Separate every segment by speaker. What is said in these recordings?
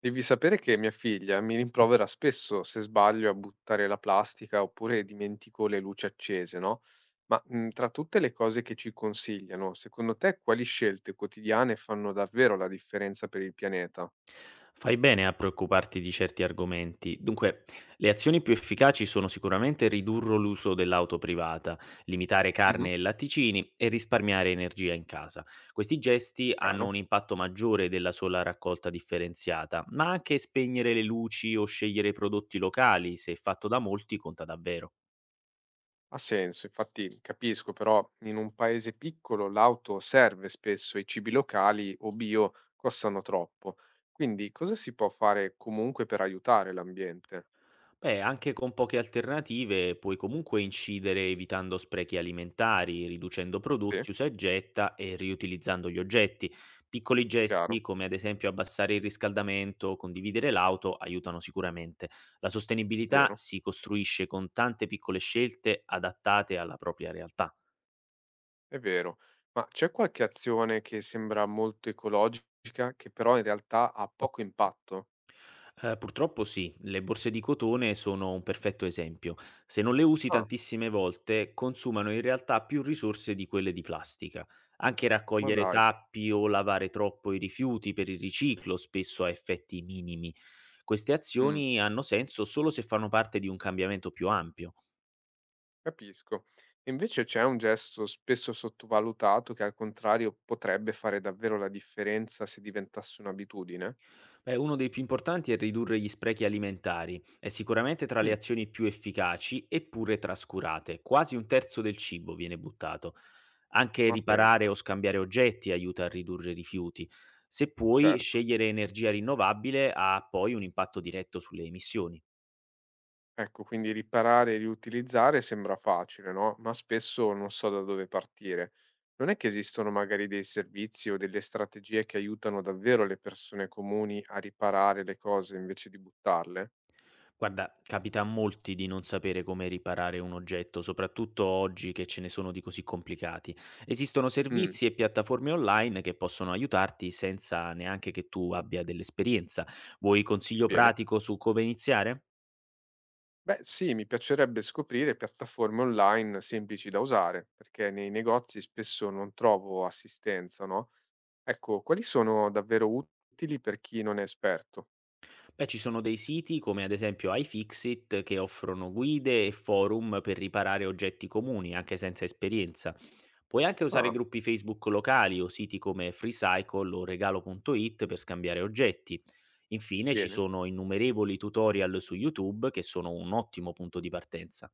Speaker 1: Devi sapere che mia figlia mi rimprovera spesso se sbaglio a buttare la plastica oppure dimentico le luci accese, no? Ma tra tutte le cose che ci consigliano, secondo te quali scelte quotidiane fanno davvero la differenza per il pianeta?
Speaker 2: Fai bene a preoccuparti di certi argomenti. Dunque, le azioni più efficaci sono sicuramente ridurre l'uso dell'auto privata, limitare
Speaker 1: Mhm.
Speaker 2: carne e latticini e risparmiare energia in casa. Questi gesti hanno un
Speaker 1: Chiaro?
Speaker 2: impatto maggiore della sola raccolta differenziata, ma anche spegnere le luci o scegliere prodotti locali, se fatto da molti, conta davvero.
Speaker 1: Ha senso, infatti capisco, però in un paese piccolo l'auto serve spesso, i cibi locali o bio costano troppo. Quindi cosa si può fare comunque per aiutare l'ambiente?
Speaker 2: Beh, anche con poche alternative puoi comunque incidere evitando sprechi alimentari, riducendo
Speaker 1: Sì,
Speaker 2: prodotti usa e getta e riutilizzando gli oggetti. Piccoli gesti,
Speaker 1: chiaro,
Speaker 2: come ad esempio abbassare il riscaldamento o condividere l'auto, aiutano sicuramente. La sostenibilità
Speaker 1: vero.
Speaker 2: si costruisce con tante piccole scelte adattate alla propria realtà.
Speaker 1: È vero, ma c'è qualche azione che sembra molto ecologica, che però in realtà ha poco impatto?
Speaker 2: Purtroppo sì, le borse di cotone sono un perfetto esempio. Se non le usi
Speaker 1: Ah,
Speaker 2: tantissime volte, consumano in realtà più risorse di quelle di plastica. Anche
Speaker 1: ma
Speaker 2: raccogliere
Speaker 1: dai,
Speaker 2: tappi o lavare troppo i rifiuti per il riciclo spesso ha effetti minimi. Queste
Speaker 1: mm,
Speaker 2: azioni hanno senso solo se fanno parte di un cambiamento più ampio.
Speaker 1: capisco. E invece c'è un gesto spesso sottovalutato che al contrario potrebbe fare davvero la differenza se diventasse un'abitudine?
Speaker 2: Beh, uno dei più importanti è ridurre gli sprechi alimentari. È sicuramente tra le
Speaker 1: Mm,
Speaker 2: azioni più efficaci eppure trascurate. Quasi un terzo del cibo viene buttato. Anche
Speaker 1: ma
Speaker 2: riparare
Speaker 1: pensa,
Speaker 2: o scambiare oggetti aiuta a ridurre i rifiuti. Se puoi,
Speaker 1: certo.
Speaker 2: scegliere energia rinnovabile ha poi un impatto diretto sulle emissioni.
Speaker 1: Ecco, quindi riparare e riutilizzare sembra facile, no? Ma spesso non so da dove partire. Non è che esistono magari dei servizi o delle strategie che aiutano davvero le persone comuni a riparare le cose invece di buttarle?
Speaker 2: Guarda, capita a molti di non sapere come riparare un oggetto, soprattutto oggi che ce ne sono di così complicati. Esistono
Speaker 1: Mm,
Speaker 2: servizi e piattaforme online che possono aiutarti senza neanche che tu abbia dell'esperienza. Vuoi consiglio
Speaker 1: bene.
Speaker 2: pratico su come iniziare?
Speaker 1: Beh, sì, mi piacerebbe scoprire piattaforme online semplici da usare, perché nei negozi spesso non trovo assistenza, no? Ecco, quali sono davvero utili per chi non è esperto?
Speaker 2: Beh, ci sono dei siti come ad esempio iFixit che offrono guide e forum per riparare oggetti comuni anche senza esperienza. Puoi anche usare
Speaker 1: Ah,
Speaker 2: gruppi Facebook locali o siti come Freecycle o regalo.it per scambiare oggetti. Infine ci
Speaker 1: bene.
Speaker 2: sono innumerevoli tutorial su YouTube che sono un ottimo punto di partenza.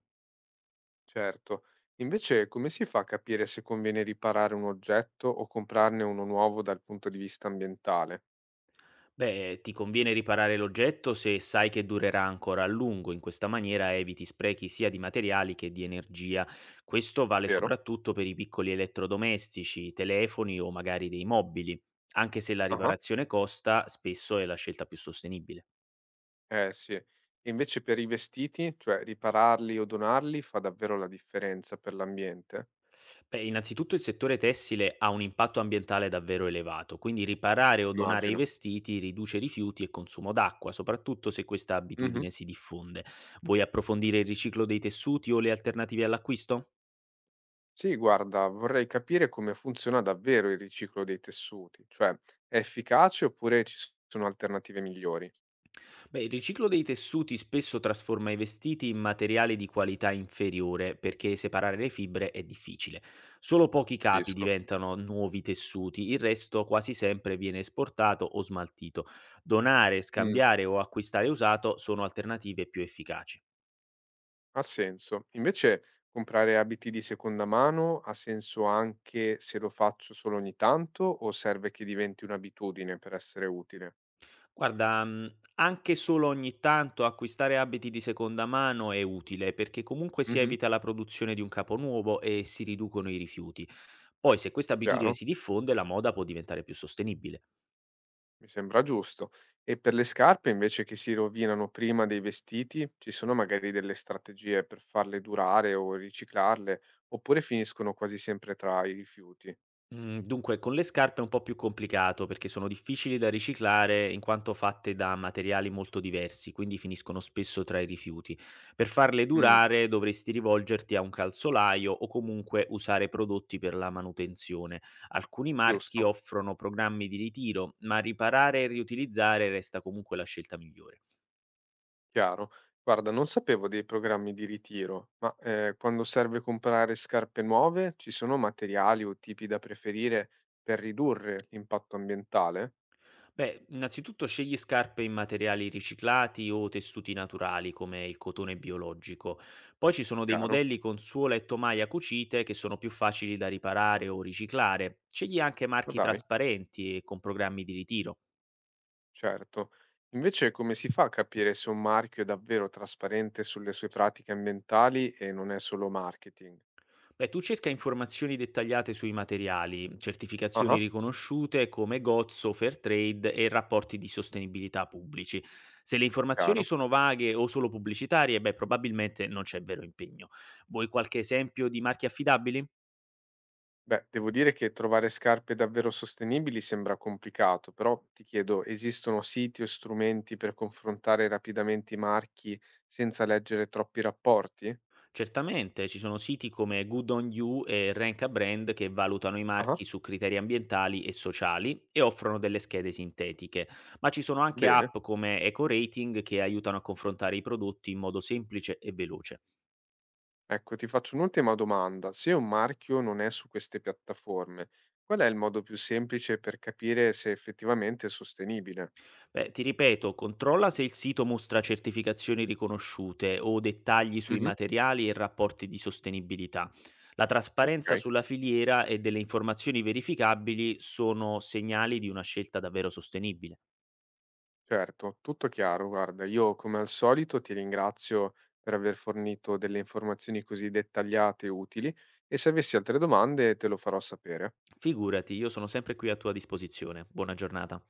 Speaker 1: Certo. Invece come si fa a capire se conviene riparare un oggetto o comprarne uno nuovo dal punto di vista ambientale,
Speaker 2: Beh, ti conviene riparare l'oggetto se sai che durerà ancora a lungo, in questa maniera eviti sprechi sia di materiali che di energia. Questo vale
Speaker 1: vero?
Speaker 2: soprattutto per i piccoli elettrodomestici, telefoni o magari dei mobili, anche se la
Speaker 1: Ah,
Speaker 2: riparazione costa, spesso è la scelta più sostenibile.
Speaker 1: eh sì. E invece per i vestiti, cioè ripararli o donarli fa davvero la differenza per l'ambiente?
Speaker 2: Beh, innanzitutto il settore tessile ha un impatto ambientale davvero elevato, quindi riparare o donare i
Speaker 1: Immagino.
Speaker 2: vestiti riduce rifiuti e consumo d'acqua, soprattutto se questa
Speaker 1: Mhm.
Speaker 2: abitudine si diffonde. Vuoi approfondire il riciclo dei tessuti o le alternative all'acquisto?
Speaker 1: Sì, guarda, vorrei capire come funziona davvero il riciclo dei tessuti, cioè è efficace oppure ci sono alternative migliori?
Speaker 2: Beh, il riciclo dei tessuti spesso trasforma i vestiti in materiale di qualità inferiore perché separare le fibre è difficile. Solo pochi capi
Speaker 1: Capisco.
Speaker 2: diventano nuovi tessuti, il resto quasi sempre viene esportato o smaltito. Donare, scambiare o acquistare usato sono alternative più efficaci.
Speaker 1: Ha senso. Invece comprare abiti di seconda mano ha senso anche se lo faccio solo ogni tanto o serve che diventi un'abitudine per essere utile?
Speaker 2: Guarda, anche solo ogni tanto acquistare abiti di seconda mano è utile, perché comunque si
Speaker 1: Mhm,
Speaker 2: evita la produzione di un capo nuovo e si riducono i rifiuti. Poi se questa abitudine
Speaker 1: chiaro,
Speaker 2: si diffonde, la moda può diventare più sostenibile.
Speaker 1: mi sembra giusto. E per le scarpe invece che si rovinano prima dei vestiti, ci sono magari delle strategie per farle durare o riciclarle, oppure finiscono quasi sempre tra i rifiuti?
Speaker 2: Mhmm, Dunque con le scarpe è un po' più complicato, perché sono difficili da riciclare in quanto fatte da materiali molto diversi, quindi finiscono spesso tra i rifiuti. Per farle
Speaker 1: Mm,
Speaker 2: durare dovresti rivolgerti a un calzolaio o comunque usare prodotti per la manutenzione. Alcuni marchi
Speaker 1: giusto.
Speaker 2: offrono programmi di ritiro, ma riparare e riutilizzare resta comunque la scelta migliore.
Speaker 1: Chiaro. Guarda, non sapevo dei programmi di ritiro, ma quando serve comprare scarpe nuove, ci sono materiali o tipi da preferire per ridurre l'impatto ambientale?
Speaker 2: Beh, innanzitutto scegli scarpe in materiali riciclati o tessuti naturali come il cotone biologico. Poi ci sono dei
Speaker 1: Chiaro?
Speaker 2: modelli con suola e tomaia cucite che sono più facili da riparare o riciclare. Scegli anche
Speaker 1: Ma
Speaker 2: marchi
Speaker 1: dai,
Speaker 2: trasparenti e con programmi di ritiro.
Speaker 1: certo. Invece, come si fa a capire se un marchio è davvero trasparente sulle sue pratiche ambientali e non è solo marketing?
Speaker 2: Beh, tu cerca informazioni dettagliate sui materiali, certificazioni
Speaker 1: Ah,
Speaker 2: riconosciute come Gozzo, Fairtrade e rapporti di sostenibilità pubblici. Se le informazioni
Speaker 1: chiaro.
Speaker 2: sono vaghe o solo pubblicitarie, beh, probabilmente non c'è vero impegno. Vuoi qualche esempio di marchi affidabili?
Speaker 1: Beh, devo dire che trovare scarpe davvero sostenibili sembra complicato, però ti chiedo, esistono siti o strumenti per confrontare rapidamente i marchi senza leggere troppi rapporti?
Speaker 2: Certamente, ci sono siti come Good on You e Rank a Brand che valutano i
Speaker 1: Ah,
Speaker 2: marchi su criteri ambientali e sociali e offrono delle schede sintetiche, ma ci sono anche
Speaker 1: bene.
Speaker 2: app come EcoRating che aiutano a confrontare i prodotti in modo semplice e veloce.
Speaker 1: Ecco, ti faccio un'ultima domanda. Se un marchio non è su queste piattaforme, qual è il modo più semplice per capire se effettivamente è sostenibile?
Speaker 2: Beh, ti ripeto, controlla se il sito mostra certificazioni riconosciute o dettagli sui
Speaker 1: Mhm,
Speaker 2: materiali e rapporti di sostenibilità. La trasparenza
Speaker 1: ok.
Speaker 2: sulla filiera e delle informazioni verificabili sono segnali di una scelta davvero sostenibile.
Speaker 1: Certo, tutto chiaro. Guarda, io come al solito ti ringrazio per aver fornito delle informazioni così dettagliate e utili e se avessi altre domande te lo farò sapere.
Speaker 2: Figurati, io sono sempre qui a tua disposizione. Buona giornata.